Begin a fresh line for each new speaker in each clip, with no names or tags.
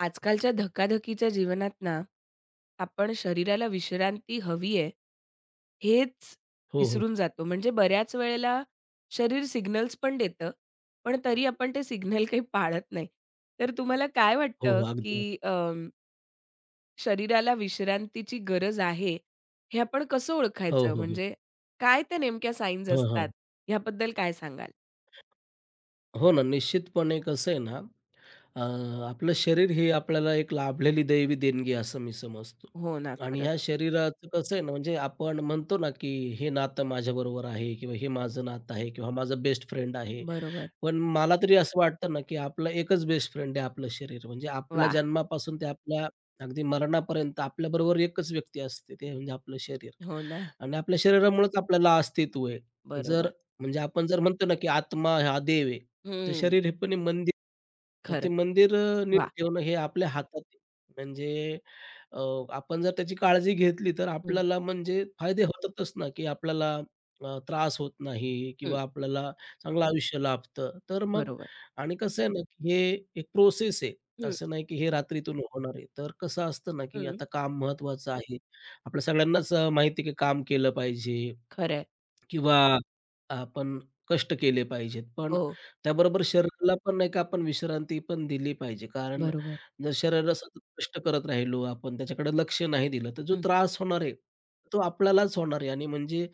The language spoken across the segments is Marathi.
आजकालच्या धकाधकीच्या जीवनात ना, आपण शरीराला विश्रांती हवी आहे, हेच
हो, हो.
विसरून जातो. म्हणजे बऱ्याच वेळेला शरीर सिग्नल्स पण देतं, पण तरी आपण ते सिग्नल काही पाळत नाही. तर तुम्हाला काय
हो,
वाटतं,
हो. अगदी.
की शरीराला विश्रांतीची गरज आहे, हे आपण कसं
हो,
ओळखायचं?
हो, हो.
म्हणजे काय त्या नेमक्या साइन्स
हां,
असतात,
हां.
ह्याबद्दल काय सांगाल?
हो ना, निश्चितपणे कसं आहे ना? अ, आपलं शरीर हे आपल्याला एक लाभलेली दैवी देणगी असं मी समजतो
हो ना,
आणि
खरंच.
ह्या शरीराचं कसं आहे ना, म्हणजे आपण म्हणतो ना, की हे नातं माझ्याबरोबर आहे किंवा हे माझं नातं आहे किंवा माझा बेस्ट फ्रेंड आहे.
बरोबर.
पण मला तरी असं वाटतं ना, की आपलं एकच बेस्ट फ्रेंड आहे आपलं शरीर. म्हणजे आपल्या
वाह!
जन्मापासून ते आपल्या अगदी मरणापर्यंत आपल्याबरोबर एकच व्यक्ती असते, ते म्हणजे आपलं शरीर
हो ना,
आणि आपल्या शरीरामुळेच आपल्याला अस्तित्व आहे. जर
बरोबर.
म्हणजे आपण जर म्हणतो ना, की आत्मा हा देव आहे. ते
हं,
शरीर हे पण आहे मंदिर. तर ते
खरंच.
मंदिर नीट
वाह!
ठेवणं हे आपल्या हातात आहे. म्हणजे अ, आपण जर त्याची काळजी घेतली तर आपल्याला म्हणजे फायदे होतातच ना, की आपल्याला त्रास होत नाही
हं.
किंवा आपल्याला चांगलं आयुष्य लाभतं. तर मग
बरोबर.
आणि कसं आहे ना, की हे एक प्रोसेस आहे.
हं,
असं नाही की हे रात्रीतून होणार आहे. तर कसं असतं ना, की
हं.
आता काम महत्त्वाचं आहे. आपल्या सगळ्यांनाच माहिती आहे की काम केलं पाहिजे.
खरं आहे.
किंवा आपण कष्ट केले पाहिजेत. पण
हो,
त्याबरोबर शरीराला पण नाही का आपण विश्रांती पण दिली पाहिजे. कारण
बरोबर.
जर शरीराला सतत कष्ट करत राहिलो आपण, त्याच्याकडे लक्ष नाही दिलं, तर जो
हं,
त्रास होणार आहे, तो आपल्यालाच होणार आहे आणि म्हणजे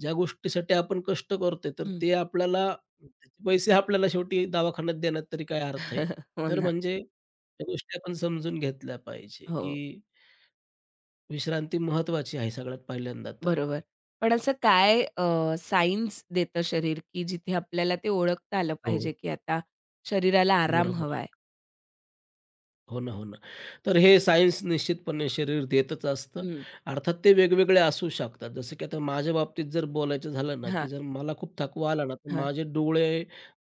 ज्या गोष्टीसाठी आपण कष्ट करतोय, तर
हं.
ते आपल्याला त्याचे पैसे आपल्याला शेवटी दवाखान्यात देण्यात तरी काय अर्थ आहे?
हो
तर
ना.
म्हणजे त्या गोष्टी आपण समजून घेतल्या पाहिजे,
हो,
की विश्रांती महत्त्वाची आहे सगळ्यात पहिल्यांदा तर.
बरोबर. पण असं काय सायन्स देतं शरीर, की जिथे आपल्याला ते ओळखता आलं
हो,
पाहिजे, की आता शरीराला आराम
बरोबर. आहे.
हवाय?
हो ना, हो ना. तर हे सायन्स निश्चितपणे शरीर देतच असतं.
हं.
अर्थात ते वेगवेगळे असू शकतात. जसं की आता माझ्या बाबतीत जर बोलायचं झालं ना,
हां,
की जर मला खूप थकवा आला ना, तर
हां.
माझे डोळे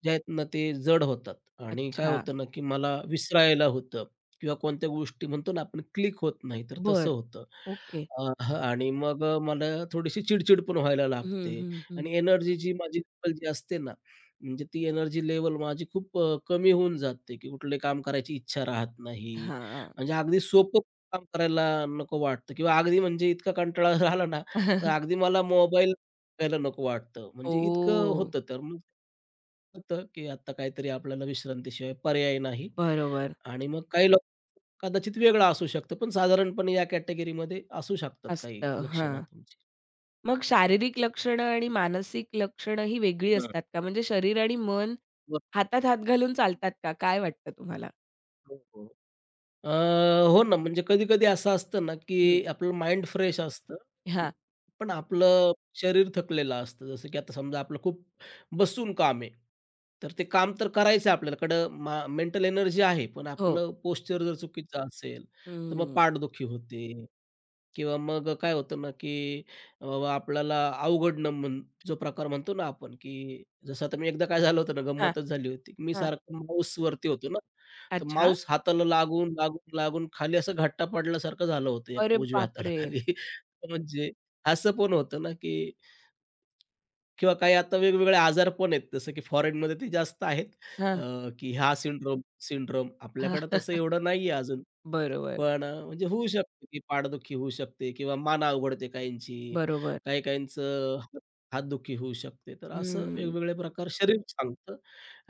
जे आहेत ना, ते जड होतात आणि काय
अच्छा.
होतं ना, की मला विसरायला होतं किंवा कोणत्या गोष्टी म्हणतो ना आपण क्लिक होत नाही, तर तसं
बर,
होतं.
ओके.
अ, आणि मग मला थोडीशी चिड पण व्हायला
हं,
लागते
हं, हं.
आणि एनर्जी जी माझी जी असते म्हणजे ती एनर्जी लेव्हल माझी खूप कमी होऊन जाते, की कुठले काम करायची इच्छा राहत नाही.
हां.
म्हणजे अगदी सोपं काम करायला नको वाटतं किंवा अगदी म्हणजे इतका कंटाळा झाला ना,
ओह!
तर अगदी मला मोबाईल घ्यायला नको वाटतं. म्हणजे इतकं होतं. तर मग होतं, की आता काहीतरी आपल्याला विश्रांतीशिवाय पर्याय नाही
बरोबर.
आणि मग काही लोक कदाचित वेगळं असू शकतं, पण साधारणपणे या कॅटेगरीमध्ये असू शकतात काही
असतं. हां.
लक्षणं तुमची.
मग शारीरिक लक्षणं आणि मानसिक लक्षणं ही वेगळी
हं.
असतात का? म्हणजे शरीर आणि मन
बरोबर.
हातात हात घालून चालतात का? काय वाटतं तुम्हाला?
हो, हो. अ, हो ना, म्हणजे कधी-कधी असं असतं ना, की
हं.
आपलं माइंड फ्रेश असतं, अं,
हां.
पण आपलं शरीर थकलेलं असतं. जसं की आता समजा आपलं खूप बसून काम आहे, तर ते काम तर करायचं आहे आपल्याकडं मेंटल एनर्जी आहे, पण
हो.
आपलं पोश्चर जर चुकीचं असेल, तर मग
हं.
पाठदुखी होते. किंवा मग काय होतं ना, की अ, आपल्याला अवघडणं जो प्रकार म्हणतो ना आपण, की जसं आता मी एकदा काय झालं होतं ना,
हां,
गंमतच झाली होती. मी
हां.
सारखं माऊसवरती होतो ना, तर
अच्छा.
माऊस हाताला लागून, लागून, लागून खाली असं घट्टा पडल्यासारखं झालं होतं एक
अरे
उजव्या हाताला
बापरे!
खाली. म्हणजे असं पण होतं ना, की किंवा काही आता वेगवेगळे आजार पण आहेत. जसं की फॉरेनमध्ये ते जास्त आहेत,
हां,
अ, की हा सिंड्रोम सिंड्रोम
हां.
आपल्याकडे तसं एवढं नाहीये अजून.
बरोबर,
पण म्हणजे होऊ शकते, की पाठदुखी होऊ शकते किंवा मान अवघडते काहींची.
बरोबर.
काही काहींचं हातदुखी होऊ शकते. तर असं
हं,
वेगवेगळे प्रकार शरीर सांगतं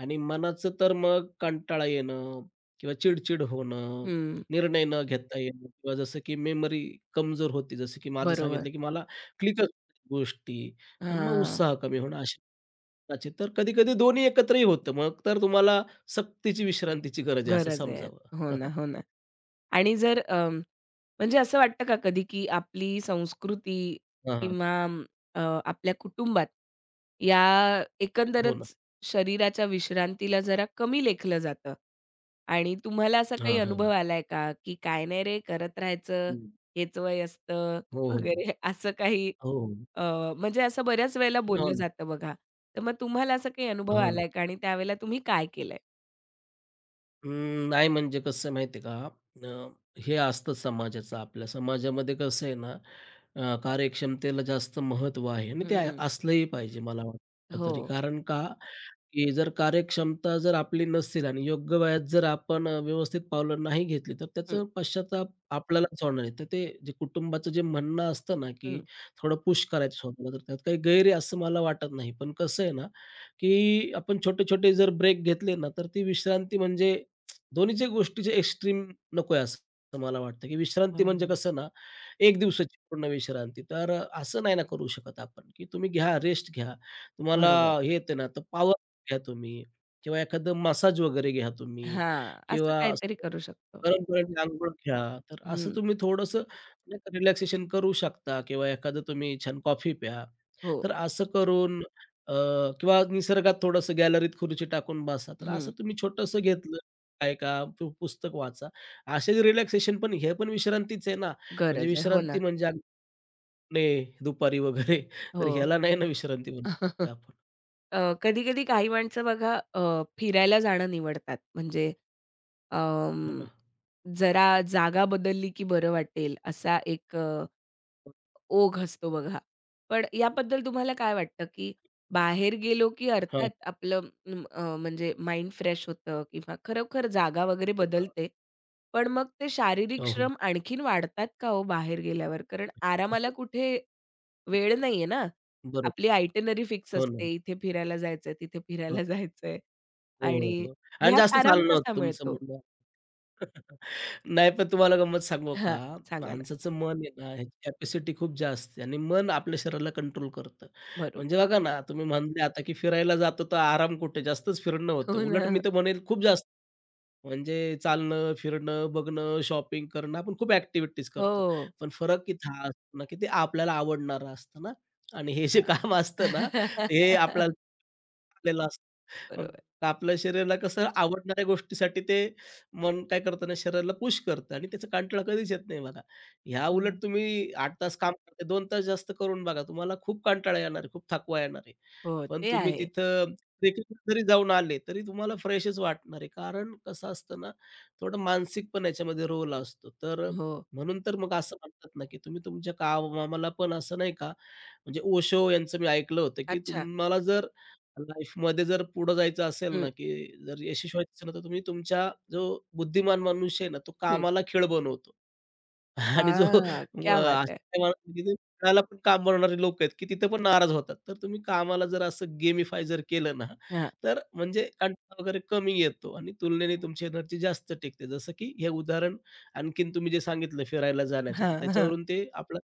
आणि मनाचं तर मग कंटाळा येणं किंवा चिड-चिड होणं,
हं.
निर्णय न घेता येणं किंवा जसं की मेमरी कमजोर होती जसं की माझं
बरोबर.
सांगितलं, की मला क्लिकच होत गोष्टी. मग
हां.
उत्साह कमी होणं अशा प्रकारचे. तर कधी-कधी दोन्ही एकत्रही होतं. मग तर तुम्हाला सक्तीची विश्रांतीची गरज आहे असं
गरज आहे.
समजावं.
हो ना, हो ना. आणि जर म्हणजे असं वाटतं का कधी, की आपली संस्कृती
हां, हां.
किंवा अ, आपल्या कुटुंबात या
हो
एकंदरच शरीराच्या विश्रांतीला जरा कमी लेखलं जातं आणि तुम्हाला असा काही
हां, हां.
अनुभव आलाय का, की "काय नाही रे, करत राहायचं,
हं.
हेच वय असतं"
हो, हो.
वगैरे असं काही
हो, हो.
अ, म्हणजे असं बऱ्याच वेळेला
हो
बोललं
ना.
जातं बघा. तर मग तुम्हाला असा काही अनुभव
हो,
आलाय का आणि त्यावेळेला तुम्ही काय केलंय?
अं, नाही म्हणजे कसं आहे माहिती आहे का? अ, हे असतं समाजाचं आपल्या समाजामध्ये कसं आहे ना, कार्यक्षमतेला जास्त महत्त्व आहे आणि ते
हं.
असलंही पाहिजे मला वाटतं
हो.
तरी. कारण का, की जर कार्यक्षमता जर आपली नसेल आणि योग्य वयात जर आपण व्यवस्थित पावलं नाही घेतली, तर
हं,
त्याचा पश्चाताप आपल्यालाच होणार आहे. तर ते जे कुटुंबाचं जे म्हणणं असतं ना, की
हं.
थोडं पुश करायचं स्वतःला, तर त्यात काही गैर आहे असं मला वाटत नाही. पण कसं आहे ना, की आपण छोटे-छोटे जर ब्रेक घेतले ना, तर ती विश्रांती म्हणजे दोन्हीच्या गोष्टीचे एक्स्ट्रीम नकोय असं मला वाटतं, की विश्रांती म्हणजे
हां.
कसं ना, 1 दिवसाची पूर्ण विश्रांती. तर असं नाही ना करू शकत आपण, की तुम्ही घ्या, रेस्ट घ्या. तुम्हाला
बरोबर.
हे येतं ना, तर पॉवर घ्या तुम्ही किंवा एखादं मसाज वगैरे घ्या तुम्ही
हां, असं
किंवा
काहीतरी
असं
करू शकतो.
गरम पाण्याने अंघोळ घ्या. तर असं
हं,
तुम्ही थोडंसं रिलॅक्सेशन करू शकता किंवा एखादं तुम्ही छान कॉफी प्या.
हो.
तर असं करून अ, किंवा निसर्गात थोडंसं गॅलरीत खुर्ची टाकून बसा. तर
हं,
असं तुम्ही छोटंसं घेतलं ऐका, पुस्तक वाचा. असे रिलॅक्सेशन पण हे पण विश्रांतीच आहे ना, म्हणजे
गरज आहे. हो ना.
विश्रांती म्हणजे अगदी झोपणे दुपारी वगैरे तर
हो.
ह्याला नाही ना विश्रांती म्हणत आपण.
अ, कधी-कधी काही माणसं बघा फिरायला जाणं निवडतात. म्हणजे अं,
हो ना.
जरा जागा बदलली की बरं वाटेल असा एक ओघ असतो बघा. पण याबद्दल तुम्हाला काय वाटतं, की बाहेर गेलो की
हां.
अर्थात आपलं म्हणजे माइंड फ्रेश होतं किंवा खरोखर जागा वगैरे
हो ना.
बदलते. पण मग ते शारीरिक
हो, हो.
श्रम आणखीन वाढतात का हो बाहेर गेल्यावर? कारण आरामाला कुठे वेळ नाहीये ना.
बरोबर.
आपली आयटिनरी फिक्स
हो ना.
असते. इथे फिरायला जायचंय, तिथे
हां.
फिरायला जायचंय
हो, हो,
आणि
हो. आणि
ह्यात
जास्त
आराम
चालणं
कसा
होतं तुमचं
मिळतो?
म्हणणं. नाही पण तुम्हाला गंमत सांगू का?
हां, सांगा ना.
माणसाचं मन आहे ना, ह्याची कॅपॅसिटी खूप जास्त आहे आणि मन आपल्या शरीराला कंट्रोल करतं.
बरोबर.
म्हणजे बघा ना, तुम्ही म्हणले आता की फिरायला जातो तर आराम कुठे? जास्तच फिरणं होतं.
हो
उलट मी
ना.
तर म्हणेल खूप जास्त म्हणजे चालणं, फिरणं, बघणं, शॉपिंग करणं आपण खूप ॲक्टिव्हिटीज करतो.
हो.
पण फरक किती हा असतो ना, की ते आपल्याला आवडणारं असतं ना आणि हे जे काम
हां.
असतं ना, हे आपल्याला आपल्याला असतं. मग
बरोबर.
आपल्या शरीराला कसं आवडणाऱ्या गोष्टीसाठी ते मन काय करतं ना, शरीराला पुश करतं आणि त्याचा कंटाळा कधीच येत नाही बघा. ह्या उलट तुम्ही 8 तास काम करताय, 2 तास जास्त करून बघा. तुम्हाला खूप कंटाळा येणार आहे, खूप थकवा येणार आहे.
हो,
पण
ते
तुम्ही
आहे.
तिथं ट्रेकिंग जरी जाऊन आले, तरी तुम्हाला फ्रेशच वाटणार आहे. कारण कसं असतं ना, थोडं मानसिक पण याच्यामध्ये रोल असतो. तर
हो.
म्हणून तर मग असं म्हणतात ना, की तुम्ही तुमच्या कामाला पण असं नाही का, म्हणजे ओशो यांचं मी ऐकलं होतं, की
अच्छा.
तुम्हाला जर लाईफमध्ये जर पुढं जायचं असेल
हं,
ना, की जर यशस्वी व्हायचं असेल ना, तर तुम्ही तुमचा जो बुद्धिमान मनुष्य आहे ना, तो
हं.
कामाला खीळ बनवतो. आणि जो
आह! क्या बात है!
त्याला पण काम बनवणारे लोक आहेत, की तिथं पण नाराज होतात. तर तुम्ही कामाला जर असं गेमिफाय जर केलं ना,
हां.
तर म्हणजे कंटाळा वगैरे कमी येतो आणि तुलनेने तुमची एनर्जी जास्त टिकते. जसं की हे उदाहरण आणखीन तुम्ही जे सांगितलं फिरायला जाण्याचं, तर
हां, हां.
त्याच्यावरून ते आपलं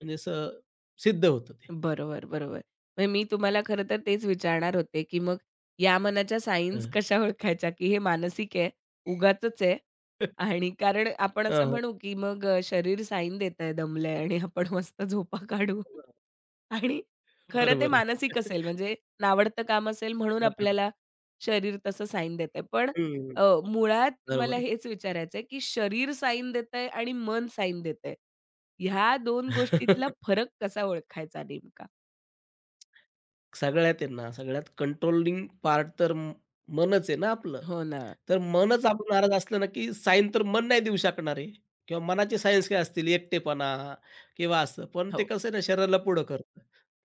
म्हणजे असं सिद्ध होतं ते.
बरोबर, बरोबर. म्हणजे मी तुम्हाला खरं तर तेच विचारणार होते, की मग या मनाच्या सायन्स
हं.
कशा ओळखायच्या, की हे मानसिक आहे, उगाचच आहे आणि कारण आपण
हां,
असं
हां.
म्हणू, की मग शरीर साईन देतंय दमलंय आणि आपण मस्त झोपा काढू आणि खरं ते
बरोबर आहे.
मानसिक असेल म्हणजे नावडतं काम असेल म्हणून
हां, हां.
आपल्याला शरीर तसं साईन देतंय. पण
हं,
अ, मुळात मला
बरोबर आहे.
हेच विचारायचंय, की शरीर साईन देतंय आणि मन साईन देतंय. ह्या 2 गोष्टीतला फरक कसा ओळखायचा नेमका?
सगळ्यात आहे ना, सगळ्यात कंट्रोलिंग पार्ट तर मनच आहे ना आपलं.
हो ना.
तर मनच आपण नाराज असलं ना, की साईन तर मन नाही देऊ शकणार आहे किंवा मनाचे सायन्स काय असतील एकटेपणा किंवा असं. पण ते
हो.
कसं आहे ना शरीराला पुढं करतं.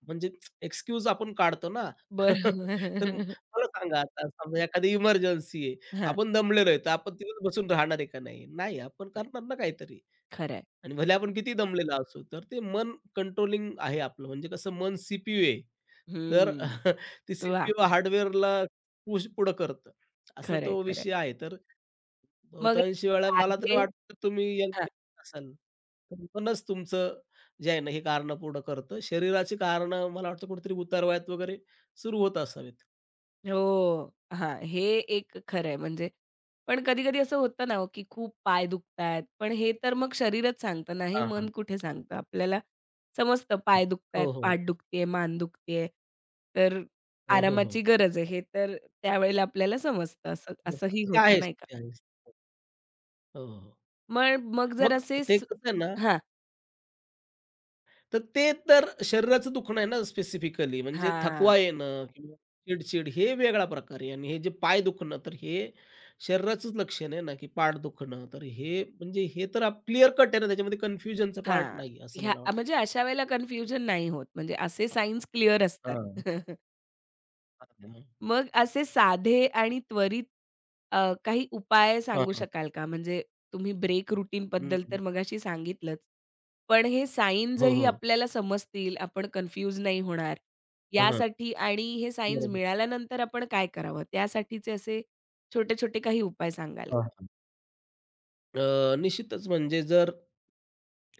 म्हणजे एक्सक्यूज आपण काढतो ना. तर
बरोबर.
मला सांगा आता समजा एखादी इमर्जन्सी आहे.
हां.
आपण दमलेलो आहे, तर आपण तिथेच बसून राहणार आहे का नाही? नाही, आपण
नाही,
करणार ना काहीतरी.
खरंय.
आणि भले आपण किती दमलेला असू, तर ते मन कंट्रोलिंग आहे आपलं. म्हणजे कसं मन सीपीयू आहे. तर
हं.
ते
वाह!
सीपीयू हार्डवेअरला पुश पुढं करतं. असा
खरंय,
तो
खरंय.
विषय आहे. तर
मग
बहुतांशी वेळा मला तरी
साधे
वाटतं तुम्ही यंग
हां.
असाल, तर मनच तुमचं जे आहे ना, हे कारणं पुढं करतं. शरीराची कारणं मला वाटतं कुठेतरी उतारवयात वगैरे सुरू होत असावेत.
हो. हां, हे एक खरं आहे म्हणजे पण कधी-कधी असं होतं ना हो, की खूप पाय दुखतायत. पण हे तर मग शरीरच सांगतं ना, हे
हां,
मन
हां.
कुठे सांगतं. आपल्याला समजतं पाय दुखतायत,
हो, हो.
पाठ दुखतीये, मान दुखतीये. तर
हो, हो, हो.
आरामाची गरज आहे हे तर त्यावेळेला आपल्याला समजतं असं
हो.
असंही
ते
होतं
आहेच,
नाही का?
ते आहेच. हो, हो, हो.
मग मग जर
मग
असे
ते
स
कसं आहे ना
हां,
तर ते तर शरीराचं दुखणं आहे ना स्पेसिफिकली म्हणजे
हां,
थकवा येणं किंवा चिड-चिड हे वेगळा प्रकार आहे आणि हे जे पाय दुखणं तर हे शरीराचंच लक्षण आहे ना, की पाठ दुखणं. तर हे म्हणजे हे तर क्लिअर कट आहे ना, त्याच्यामध्ये कन्फ्युजनचा पार्ट
हां.
नाही आहे असं
ह्या
मला वाटतं.
म्हणजे अशा वेळेला कन्फ्युजन नाही होत म्हणजे असे सायन्स क्लिअर
हां, हां,
असतात. मग असे साधे आणि त्वरित काही उपाय
हां,
सांगू
हां.
शकाल का? म्हणजे तुम्ही ब्रेक रूटीनबद्दल तर
हं,
मगाशी सांगितलंच. पण हे
हो,
सायन्सही
हो.
आपल्याला समजतील, आपण कन्फ्यूज नाही होणार
हां, हां.
यासाठी आणि हे सायन्स
बरोबर.
मिळाल्यानंतर आपण काय करावं? त्यासाठीचे असे छोटे-छोटे काही उपाय सांगाल
हां,
का?
हां. निश्चितच म्हणजे जर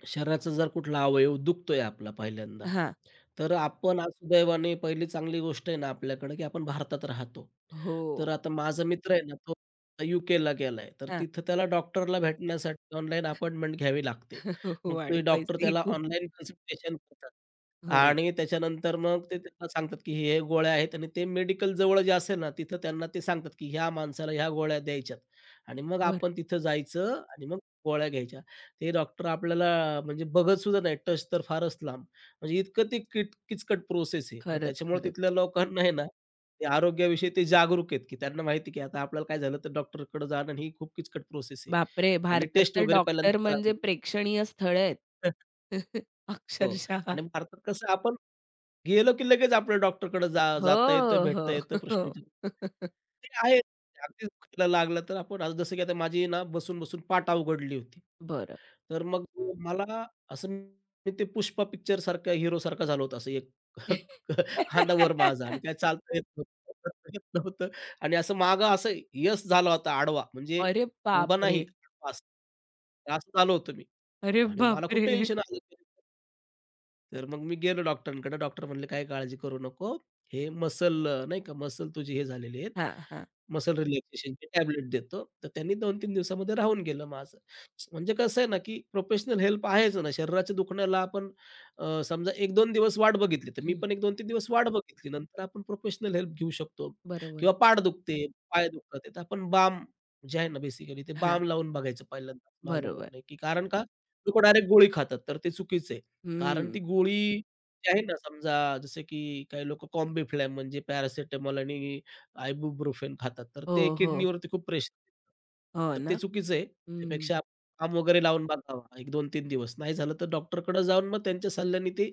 शरीराचा जर कुठला अवयव दुखतोय आपला पहिल्यांदा,
हां.
तर आपण आज सुदैवाने पहिली चांगली गोष्ट आहे ना आपल्याकडे, की आपण भारतात राहतो.
हो.
तर आता माझा मित्र आहे ना, तो यूकेला गेलाय, तर
हां.
तिथं त्याला डॉक्टरला भेटण्यासाठी ऑनलाईन अपॉइंटमेंट घ्यावी लागते.
हो
मग
आणि
ते डॉक्टर
पैसेही
त्याला
खूप.
ऑनलाईन कन्सल्टेशन करतात
हो.
आणि त्याच्यानंतर मग ते त्यांना सांगतात, की हे हे गोळ्या आहेत आणि ते मेडिकल जवळ जे असेल ना, तिथं त्यांना ते सांगतात, की ह्या माणसाला ह्या गोळ्या द्यायच्यात आणि मग
बरं.
आपण तिथं जायचं आणि मग गोळ्या घ्यायच्या. ते डॉक्टर आपल्याला म्हणजे बघत सुद्धा नाही, टच तर फारच लांब. म्हणजे इतकं ते किचकट प्रोसेस आहे. मग
खरंच,
त्याच्यामुळे
खरंच.
तिथल्या लोकांना आहे ना, ते आरोग्याविषयी ते जागरूक आहेत, की त्यांना माहिती की आता आपल्याला काय झालं तर डॉक्टरकडे जाणं आणि ही खूप किचकट प्रोसेस आहे.
बापरे!
आणि
भारतात
टेस्ट
तर
वगैरे
डॉक्टर
पहिल्यांदा
म्हणजे
करावी
प्रेक्षणीय स्थळ आहेत.
हो.
अक्षरशः.
आणि भारतात कसं आपण गेलो, की लगेच आपल्याला डॉक्टरकडे
हो,
जाता येतं, भेटता
हो.
येतं, प्रश्न
हो.
विचारता ते आहे. अगदीच दुखायला लागलं तर आपण आज जसं की आता माझी ना बसून-बसून पाठ अवघडली होती.
बरं.
तर मग मला असं मी ते पुष्पा पिक्चरसारखा हिरोसारखा झालो होतो. असं एक खांदा वर माझा आणि काय चालता येत नव्हतं, बसता येत नव्हतं आणि असं मागं असं यश झाला होता आडवा म्हणजे
अरे
उभा
बापरे!
नाही, आडवा असं. तर असं झालो होतो मी.
अरे
आणि मला खूप
बापरे!
टेन्शन आलं. तर मग मी गेलो डॉक्टरांकडे. डॉक्टर म्हणले, "काही काळजी करू नको. हे मसल नाही का मसल तुझी हे झालेली आहेत.
हां, हां.
मसल रिलॅक्सेशनची टॅबलेट देतो." तर त्यांनी 2-3 दिवसामध्ये राहून गेलं माझं. म्हणजे कसं आहे ना, की प्रोफेशनल हेल्प आहेच ना. शरीराच्या दुखण्याला आपण समजा 1-2 दिवस वाट बघितली, तर मी
हं.
पण 1-2-3 दिवस वाट बघितली. नंतर आपण प्रोफेशनल हेल्प घेऊ शकतो
बरोबर.
किंवा पाठ दुखते, पाय दुखतात, तर आपण बाम जे आहे ना बेसिकली ते
हां,
बाम लावून बघायचं पहिल्यांदा. माझं
बरोबर.
म्हणणं आहे, की कारण का लोकं डायरेक्ट गोळी खातात, तर ते चुकीचं आहे. कारण
हं.
ती गोळी जी आहे ना, समजा जसं की काही लोकं कॉम्बीफ्लॅम म्हणजे पॅरासिटामॉल आणि आयबुप्रोफेन खातात, तर ते
हो, हो.
किडनीवरती खूप प्रेशर येतं.
हो
तर ते
ना?
चुकीचं आहे.
हं.
त्यापेक्षा आपण बाम वगैरे लावून बघावा, 1-2-3 दिवस. नाही झालं तर डॉक्टरकडं जाऊन मग त्यांच्या सल्ल्याने ती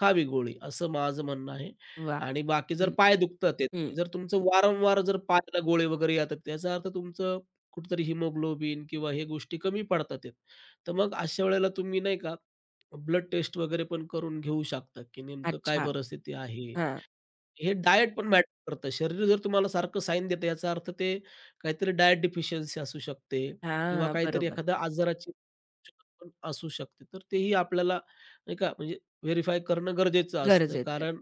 खावी गोळी, असं माझं म्हणणं आहे.
वाह!
आणि बाकी जर
हं,
पाय दुखतात आहेत,
हं.
जर तुमचं वारंवार जर पायाला गोळे वगैरे येतात, त्याचा अर्थ तुमचं कुठेतरी हिमोग्लोबिन किंवा हे गोष्टी कमी पडतात तर मग अशा वेळेला तुम्ही नाही का ब्लड टेस्ट वगैरे पण करून घेऊ शकता, की नेमकं काय
अच्छा.
परिस्थिती आहे.
हां.
हे डायट पण मॅटर करतं. शरीर जर तुम्हाला सारखं साईन देतं याचा अर्थ ते काहीतरी डायट डिफिशियन्सी असू शकते किंवा
हां,
काहीतरी
बरोबर.
एखाद्या आजाराची पण असू शकते. तर तेही आपल्याला नाही का म्हणजे व्हेरिफाय करणं गरजेचं असतं.
गरजेचं आहे.
कारण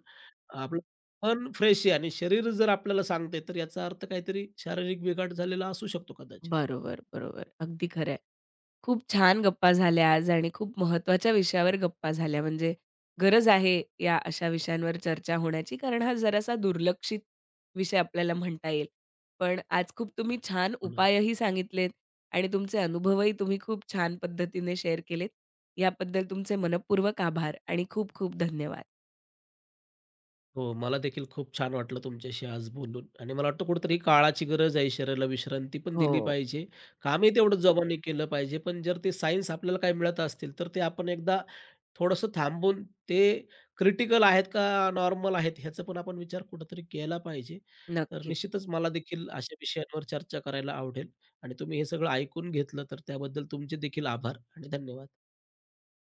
आपलं मन फ्रेश आहे आणि शरीर जर आपल्याला सांगतंय तर याचा अर्थ काहीतरी शारीरिक बिघाड झालेला असू शकतो कदाचित.
बरोबर, बरोबर. अगदी खरं आहे. खूप छान गप्पा झाल्या आज आणि खूप महत्त्वाच्या विषयावर गप्पा झाल्या. म्हणजे गरज आहे या अशा विषयांवर चर्चा होण्याची, कारण हा जरासा दुर्लक्षित विषय आपल्याला म्हणता येईल. पण आज खूप तुम्ही छान
हो
उपायही सांगितलेत आणि तुमचे अनुभवही तुम्ही खूप छान पद्धतीने शेअर केलेत. याबद्दल तुमचे मनःपूर्वक आभार आणि खूप खूप धन्यवाद.
हो, मला देखील खूप छान वाटलं तुमच्याशी आज बोलून आणि मला वाटतं कुठेतरी काळाची गरज आहे, शरीराला विश्रांती पण
हो.
दिली पाहिजे. कामही तेवढंच जोमाने केलं पाहिजे, पण जर ते सायन्स आपल्याला काही मिळत असतील, तर ते आपण एकदा थोडंसं थांबून ते क्रिटिकल आहेत का नॉर्मल आहेत, ह्याचा पण आपण विचार कुठेतरी केला पाहिजे. तर
नक्कीच.
निश्चितच मला देखील अशा विषयांवर चर्चा करायला आवडेल आणि तुम्ही हे सगळं ऐकून घेतलं, तर त्याबद्दल तुमचे देखील आभार आणि धन्यवाद.